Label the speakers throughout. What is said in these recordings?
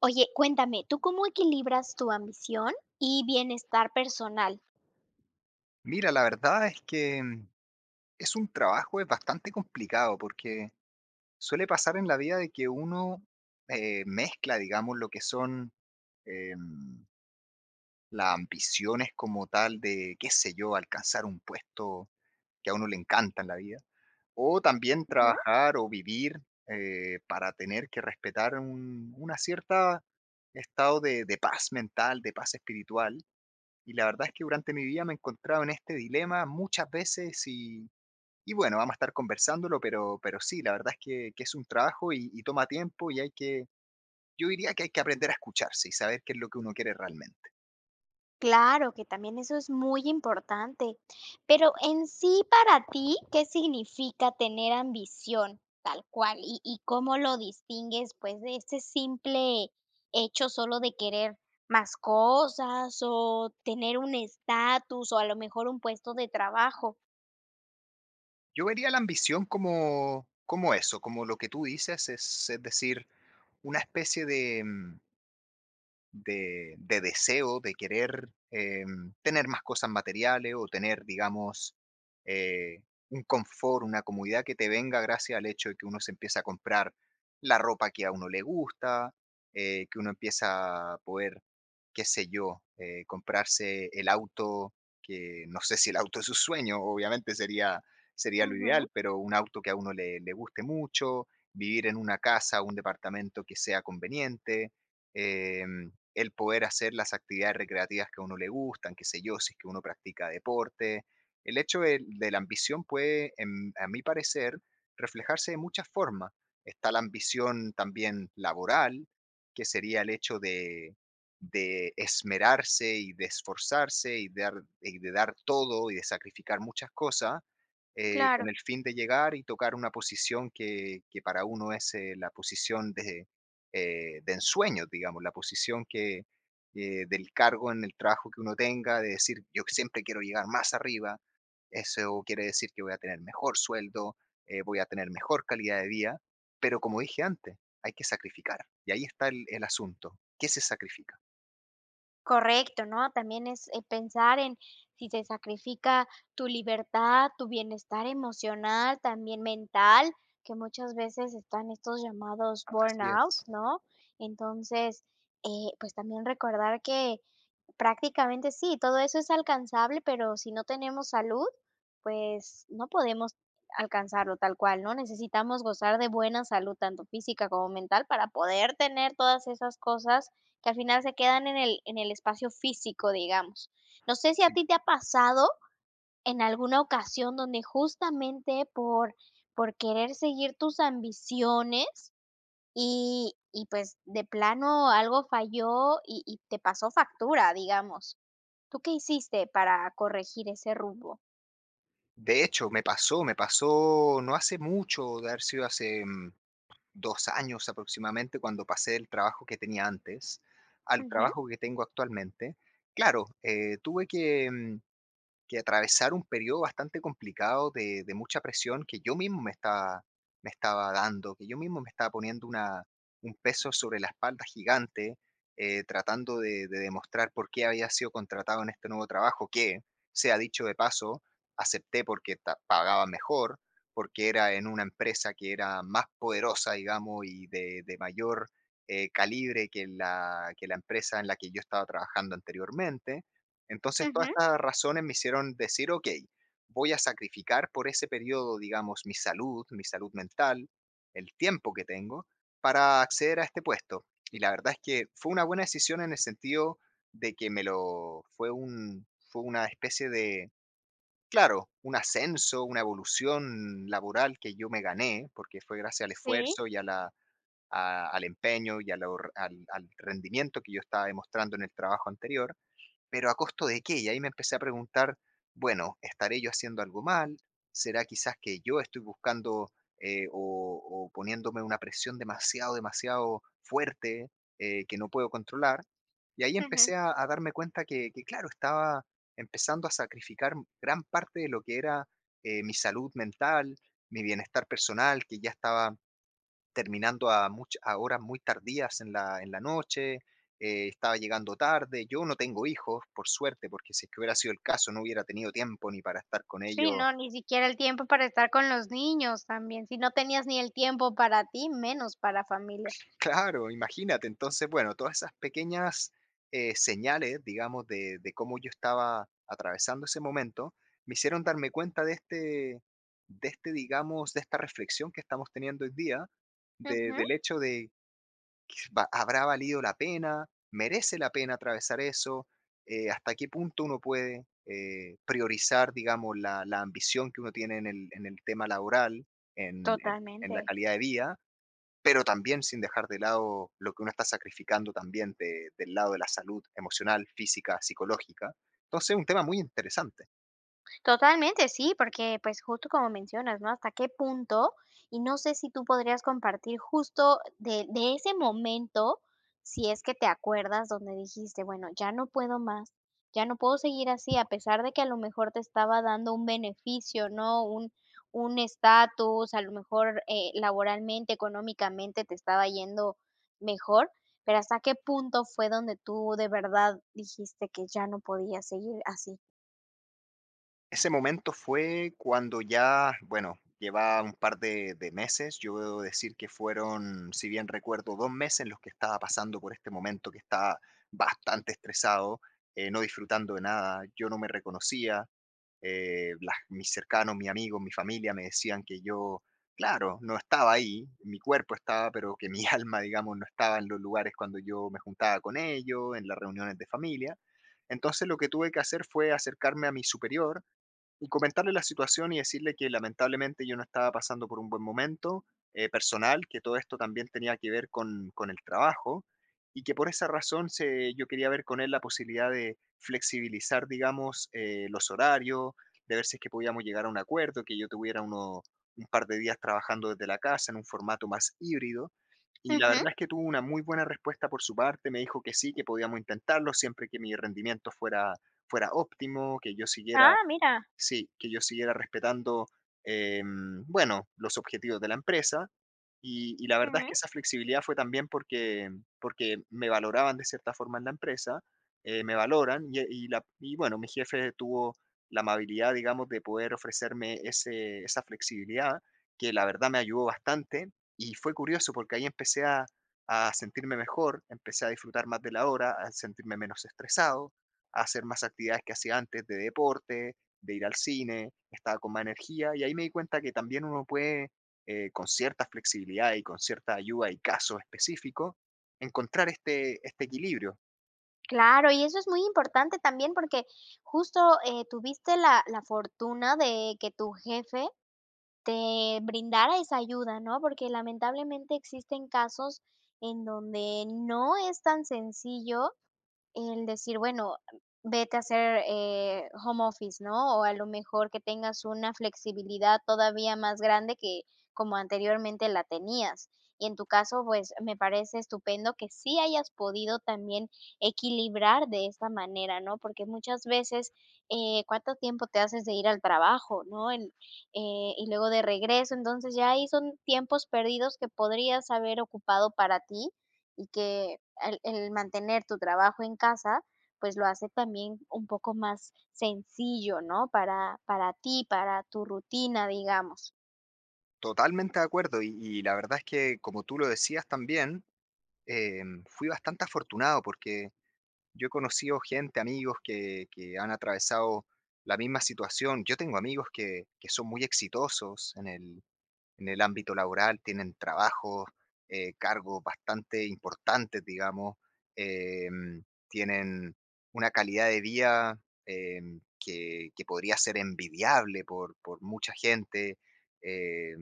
Speaker 1: Oye, cuéntame, ¿tú cómo equilibras tu ambición y bienestar personal?
Speaker 2: Mira, la verdad es que es un trabajo, es bastante complicado porque suele pasar en la vida de que uno mezcla, digamos, lo que son em, las ambiciones como tal de, qué sé yo, alcanzar un puesto que a uno le encanta en la vida, o también
Speaker 1: Ujú.
Speaker 2: trabajar o vivir para tener que respetar una cierta estado de paz mental, de paz espiritual. Y la verdad es que durante mi vida me he encontrado en este dilema muchas veces y bueno, vamos a estar conversándolo, pero sí, la verdad es que es un trabajo y toma tiempo y hay que, yo diría que hay que aprender a escucharse y saber qué es lo que uno quiere realmente.
Speaker 1: Claro, que también eso es muy importante. Pero en sí, para ti, ¿qué significa tener ambición tal cual? ¿Y cómo lo distingues, pues, de ese simple hecho solo de querer más cosas o tener un estatus o a lo mejor un puesto de trabajo?
Speaker 2: Yo vería la ambición como, como eso, como lo que tú dices, es decir, una especie de, de deseo, de querer tener más cosas materiales o tener, digamos, eh, un confort, una comodidad que te venga gracias al hecho de que uno se empieza a comprar la ropa que a uno le gusta, que uno empieza a poder, qué sé yo, comprarse el auto, que no sé si el auto es su sueño, obviamente sería, sería lo
Speaker 1: Ujú,
Speaker 2: ideal, pero un auto que a uno le, le guste mucho, vivir en una casa, o un departamento que sea conveniente, em, el poder hacer las actividades recreativas que a uno le gustan, qué sé yo, si es que uno practica deporte. El hecho de la ambición puede, a mi parecer, reflejarse de muchas formas. Está la ambición también laboral, que sería el hecho de esmerarse y de esforzarse y de, dar todo y de sacrificar muchas cosas
Speaker 1: claro.
Speaker 2: con el fin de llegar y tocar una posición que para uno es la posición de ensueños, digamos, la posición que del cargo en el trabajo que uno tenga, de decir, yo siempre quiero llegar más arriba, eso quiere decir que voy a tener mejor sueldo, voy a tener mejor calidad de vida, pero como dije antes, hay que sacrificar, y ahí está el asunto, ¿qué se sacrifica?
Speaker 1: Correcto, ¿no? También es, pensar en si se sacrifica tu libertad, tu bienestar emocional, también mental, que muchas veces están estos llamados
Speaker 2: Así
Speaker 1: burnout,
Speaker 2: es.
Speaker 1: ¿no? Entonces, pues, también recordar que prácticamente sí, todo eso es alcanzable, pero si no tenemos salud, pues no podemos alcanzarlo tal cual, ¿no? Necesitamos gozar de buena salud, tanto física como mental, para poder tener todas esas cosas que al final se quedan en el espacio físico, digamos. No sé si a
Speaker 2: Sí.
Speaker 1: ti te ha pasado en alguna ocasión donde justamente por querer seguir tus ambiciones y pues de plano algo falló y te pasó factura, digamos. ¿Tú qué hiciste para corregir ese rumbo?
Speaker 2: De hecho, me pasó no hace mucho, de haber sido hace 2 años aproximadamente, cuando pasé el trabajo que tenía antes al
Speaker 1: Ujú,
Speaker 2: trabajo que tengo actualmente, claro, tuve que, que atravesar un periodo bastante complicado de mucha presión que yo mismo me estaba dando, que yo mismo me estaba poniendo una un peso sobre la espalda gigante, tratando de demostrar por qué había sido contratado en este nuevo trabajo, que, sea dicho de paso, acepté porque ta pagaba mejor, porque era en una empresa que era más poderosa, digamos, y de mayor, calibre que la empresa en la que yo estaba trabajando anteriormente. Entonces, todas
Speaker 1: ujú,
Speaker 2: estas razones me hicieron decir, ok, voy a sacrificar por ese periodo, digamos, mi salud mental, el tiempo que tengo para acceder a este puesto. Y la verdad es que fue una buena decisión en el sentido de que me lo fue un fue una especie de, claro, un ascenso, una evolución laboral que yo me gané, porque fue gracias al
Speaker 1: sí,
Speaker 2: esfuerzo y a la, al empeño y a la al, al rendimiento que yo estaba demostrando en el trabajo anterior. Pero ¿a costo de qué? Y ahí me empecé a preguntar, bueno, ¿estaré yo haciendo algo mal? ¿Será quizás que yo estoy buscando o poniéndome una presión demasiado, demasiado fuerte que no puedo controlar? Y ahí
Speaker 1: ujú.
Speaker 2: empecé a darme cuenta que, claro, estaba empezando a sacrificar gran parte de lo que era mi salud mental, mi bienestar personal, que ya estaba terminando a much a horas muy tardías en la noche, estaba llegando tarde. Yo no tengo hijos, por suerte, porque si es que hubiera sido el caso, no hubiera tenido tiempo ni para estar con
Speaker 1: Sí,
Speaker 2: ellos.
Speaker 1: no, ni siquiera el tiempo para estar con los niños también. Si no tenías ni el tiempo para ti, menos para familia.
Speaker 2: Claro, imagínate. Entonces, bueno, todas esas pequeñas, señales, digamos, de cómo yo estaba atravesando ese momento, me hicieron darme cuenta de este digamos, de esta reflexión que estamos teniendo hoy día, de
Speaker 1: Ujú,
Speaker 2: del hecho de ¿Habrá valido la pena? ¿Merece la pena atravesar eso? ¿Hasta qué punto uno puede priorizar, digamos, la ambición que uno tiene en el tema laboral, en, en- en la
Speaker 1: totalmente.
Speaker 2: calidad de vida, pero también sin dejar de lado lo que uno está sacrificando también del lado de la salud emocional, física, psicológica? Entonces, es un tema muy interesante.
Speaker 1: Totalmente, sí, porque pues justo como mencionas, ¿no? ¿Hasta qué punto? Y no sé si tú podrías compartir justo de ese momento, si es que te acuerdas donde dijiste, bueno, ya no puedo más, ya no puedo seguir así, a pesar de que a lo mejor te estaba dando un beneficio, ¿no? Un estatus, a lo mejor laboralmente, económicamente te estaba yendo mejor, pero ¿hasta qué punto fue donde tú de verdad dijiste que ya no podías seguir así?
Speaker 2: Ese momento fue cuando ya, bueno, llevaba un par de meses, yo debo decir que fueron, si bien recuerdo, 2 meses en los que estaba pasando por este momento, que estaba bastante estresado, no disfrutando de nada, yo no me reconocía, mis cercanos, mis amigos, mi familia me decían que yo, claro, no estaba ahí, mi cuerpo estaba, pero que mi alma, digamos, no estaba en los lugares cuando yo me juntaba con ellos, en las reuniones de familia. Entonces lo que tuve que hacer fue acercarme a mi superior y comentarle la situación y decirle que lamentablemente yo no estaba pasando por un buen momento personal, que todo esto también tenía que ver con el trabajo y que por esa razón yo quería ver con él la posibilidad de flexibilizar, digamos, los horarios, de ver si es que podíamos llegar a un acuerdo, que yo tuviera un par de días trabajando desde la casa en un formato más híbrido. Y la
Speaker 1: Ujú.
Speaker 2: verdad es que tuvo una muy buena respuesta por su parte, me dijo que sí, que podíamos intentarlo siempre que mi rendimiento fuera, fuera óptimo, que yo siguiera.
Speaker 1: Ah, mira.
Speaker 2: Sí, que yo siguiera respetando, bueno, los objetivos de la empresa, y la verdad es
Speaker 1: Ujú.
Speaker 2: que esa flexibilidad fue también porque, porque me valoraban de cierta forma en la empresa, me valoran y la, y bueno, mi jefe tuvo la amabilidad, digamos, de poder ofrecerme ese, esa flexibilidad que la verdad me ayudó bastante y fue curioso porque ahí empecé a sentirme mejor, empecé a disfrutar más de la hora, a sentirme menos estresado, a hacer más actividades que hacía antes de deporte, de ir al cine, estaba con más energía y ahí me di cuenta que también uno puede con cierta flexibilidad y con cierta ayuda y casos específicos encontrar este, este equilibrio.
Speaker 1: Claro, y eso es muy importante también porque justo, tuviste la fortuna de que tu jefe te brindara esa ayuda, ¿no? Porque lamentablemente existen casos en donde no es tan sencillo el decir, bueno, vete a hacer, home office, ¿no? O a lo mejor que tengas una flexibilidad todavía más grande que como anteriormente la tenías. Y en tu caso, pues, me parece estupendo que sí hayas podido también equilibrar de esta manera, ¿no? Porque muchas veces, ¿cuánto tiempo te haces de ir al trabajo, no? El, y luego de regreso, entonces ya ahí son tiempos perdidos que podrías haber ocupado para ti y que el mantener tu trabajo en casa, pues lo hace también un poco más sencillo, ¿no? Para ti, para tu rutina, digamos.
Speaker 2: Totalmente de acuerdo y la verdad es que, como tú lo decías también, fui bastante afortunado porque yo he conocido gente, amigos que han atravesado la misma situación. Yo tengo amigos que son muy exitosos en el, en el ámbito laboral, tienen trabajos, cargos bastante importantes, digamos, em, tienen una calidad de vida, que podría ser envidiable por mucha gente, eh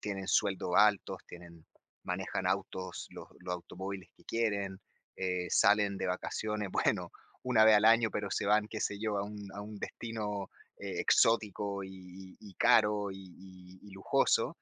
Speaker 2: tienen sueldos altos, tienen, manejan autos, los automóviles que quieren, salen de vacaciones, bueno, una vez al año, pero se van, qué sé yo, a un destino exótico y, y caro y, y lujoso.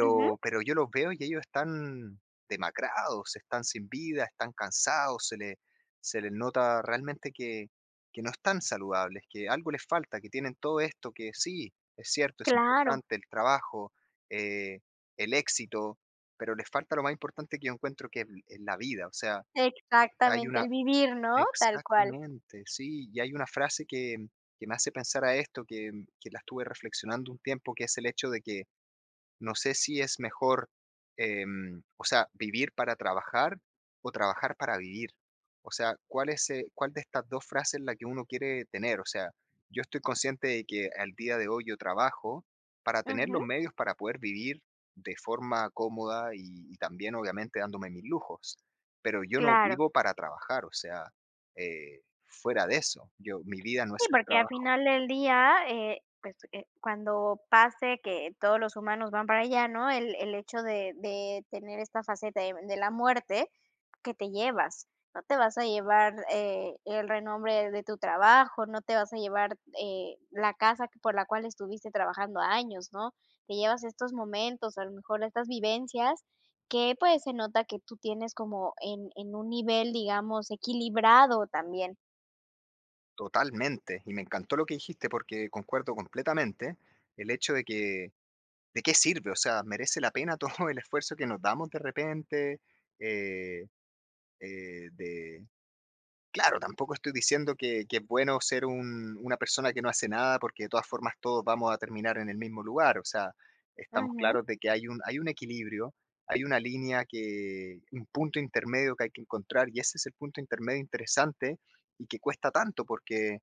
Speaker 1: Ujú,
Speaker 2: Pero yo los veo y ellos están demacrados, están sin vida, están cansados, se les nota realmente que no están saludables, que algo les falta, que tienen todo esto, que sí, es cierto, es
Speaker 1: claro.
Speaker 2: importante el trabajo, eh, el éxito, pero les falta lo más importante que yo encuentro que es l es la vida. O sea, hay
Speaker 1: Exactamente,
Speaker 2: una,
Speaker 1: el vivir, ¿no? Tal cual.
Speaker 2: exactamente, sí, y hay una frase que me hace pensar a esto, que la estuve reflexionando un tiempo, que es el hecho de que no sé si es mejor, o sea, vivir para trabajar o trabajar para vivir. O sea, ¿cuál es, cuál de estas dos frases es la que uno quiere tener? O sea, yo estoy consciente de que al día de hoy yo trabajo para tener
Speaker 1: Ujú,
Speaker 2: los medios para poder vivir de forma cómoda y también obviamente dándome mis lujos, pero yo no
Speaker 1: claro.
Speaker 2: vivo para trabajar, o sea, fuera de eso, yo, mi vida no es
Speaker 1: Sí,
Speaker 2: el
Speaker 1: porque al
Speaker 2: trabajo.
Speaker 1: final del día, pues, cuando pase que todos los humanos van para allá, ¿no? El hecho de tener esta faceta de la muerte, ¿que te llevas? No te vas a llevar, el renombre de tu trabajo, no te vas a llevar, la casa que por la cual estuviste trabajando años, ¿no? Te llevas estos momentos, a lo mejor estas vivencias que, pues, se nota que tú tienes como en un nivel, digamos, equilibrado también.
Speaker 2: Totalmente, y me encantó lo que dijiste porque concuerdo completamente el hecho de que, ¿de qué sirve? O sea, merece la pena todo el esfuerzo que nos damos de repente. eh, eh, de... Claro, tampoco estoy diciendo que es bueno ser una persona que no hace nada porque de todas formas todos vamos a terminar en el mismo lugar. O sea, estamos
Speaker 1: Ujú.
Speaker 2: claros de que hay un equilibrio, hay una línea que, un punto intermedio que hay que encontrar y ese es el punto intermedio interesante y que cuesta tanto porque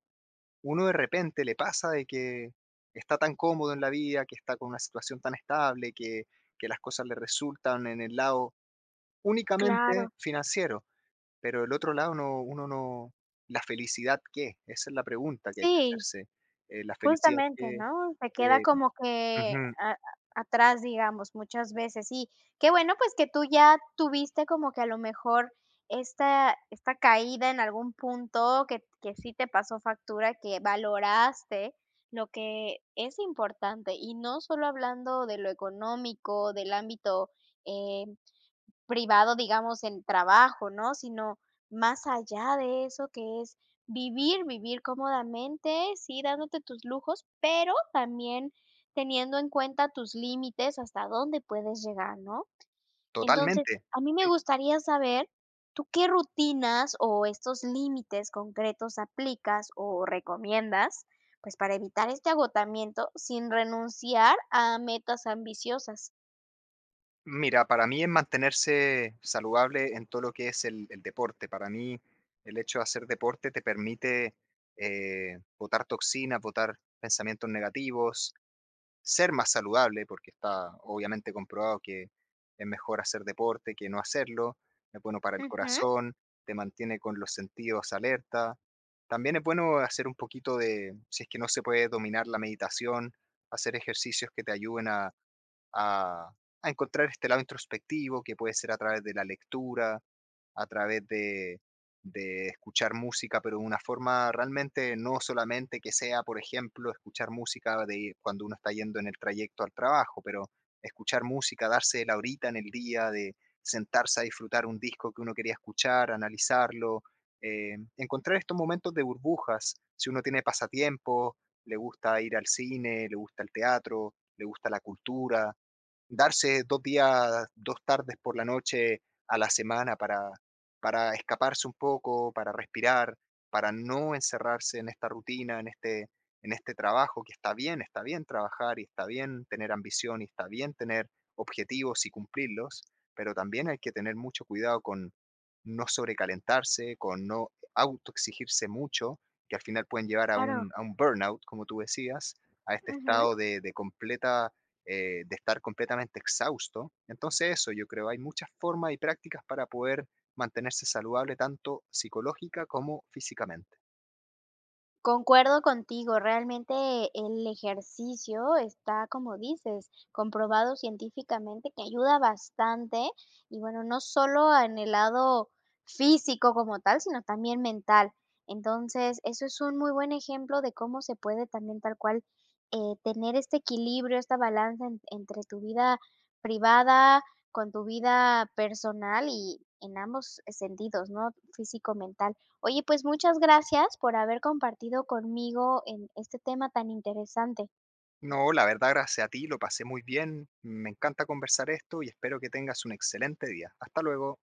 Speaker 2: uno de repente le pasa de que está tan cómodo en la vida, que está con una situación tan estable, que las cosas le resultan en el lado únicamente
Speaker 1: Claro.
Speaker 2: financiero, pero el otro lado no, uno no, la felicidad qué, esa es la pregunta que hay que
Speaker 1: Sí,
Speaker 2: hacerse, la felicidad
Speaker 1: justamente,
Speaker 2: qué,
Speaker 1: ¿no? Se queda
Speaker 2: eh,
Speaker 1: como que
Speaker 2: ujú,
Speaker 1: atrás, digamos, muchas veces. Y qué bueno, pues, que tú ya tuviste como que a lo mejor esta caída en algún punto que sí te pasó factura, que valoraste lo que es importante, y no solo hablando de lo económico, del ámbito, eh privado, digamos, en trabajo, ¿no? Sino más allá de eso, que es vivir, vivir cómodamente, sí, dándote tus lujos, pero también teniendo en cuenta tus límites, hasta dónde puedes llegar, ¿no? Entonces,
Speaker 2: totalmente.
Speaker 1: a mí me gustaría saber, ¿tú qué rutinas o estos límites concretos aplicas o recomiendas, pues, para evitar este agotamiento sin renunciar a metas ambiciosas?
Speaker 2: Mira, para mí es mantenerse saludable en todo lo que es el deporte. Para mí, el hecho de hacer deporte te permite botar toxinas, botar pensamientos negativos, ser más saludable, porque está obviamente comprobado que es mejor hacer deporte que no hacerlo. Es bueno para el
Speaker 1: Ujú,
Speaker 2: corazón, te mantiene con los sentidos alerta. También es bueno hacer un poquito de, si es que no se puede dominar la meditación, hacer ejercicios que te ayuden a, a encontrar este lado introspectivo que puede ser a través de la lectura, a través de escuchar música, pero de una forma realmente no solamente que sea, por ejemplo, escuchar música de cuando uno está yendo en el trayecto al trabajo, pero escuchar música, darse la horita en el día, de sentarse a disfrutar un disco que uno quería escuchar, analizarlo, encontrar estos momentos de burbujas, si uno tiene pasatiempos, le gusta ir al cine, le gusta el teatro, le gusta la cultura, darse 2 días, 2 tardes por la noche a la semana para escaparse un poco, para respirar, para no encerrarse en esta rutina, en este trabajo, que está bien trabajar y está bien tener ambición y está bien tener objetivos y cumplirlos, pero también hay que tener mucho cuidado con no sobrecalentarse, con no autoexigirse mucho, que al final pueden llevar
Speaker 1: claro.
Speaker 2: a un burnout, como tú decías, a este
Speaker 1: Ujú.
Speaker 2: estado de completa de estar completamente exhausto. Entonces eso, yo creo, hay muchas formas y prácticas para poder mantenerse saludable tanto psicológica como físicamente.
Speaker 1: Concuerdo contigo, realmente el ejercicio está, como dices, comprobado científicamente que ayuda bastante y bueno, no solo en el lado físico como tal, sino también mental. Entonces, eso es un muy buen ejemplo de cómo se puede también tal cual tener este equilibrio, esta balanza entre tu vida privada, con tu vida personal y en ambos sentidos, ¿no? Físico, mental. Oye, pues muchas gracias por haber compartido conmigo en este tema tan interesante.
Speaker 2: No, la verdad, gracias a ti, lo pasé muy bien. Me encanta conversar esto y espero que tengas un excelente día. Hasta luego.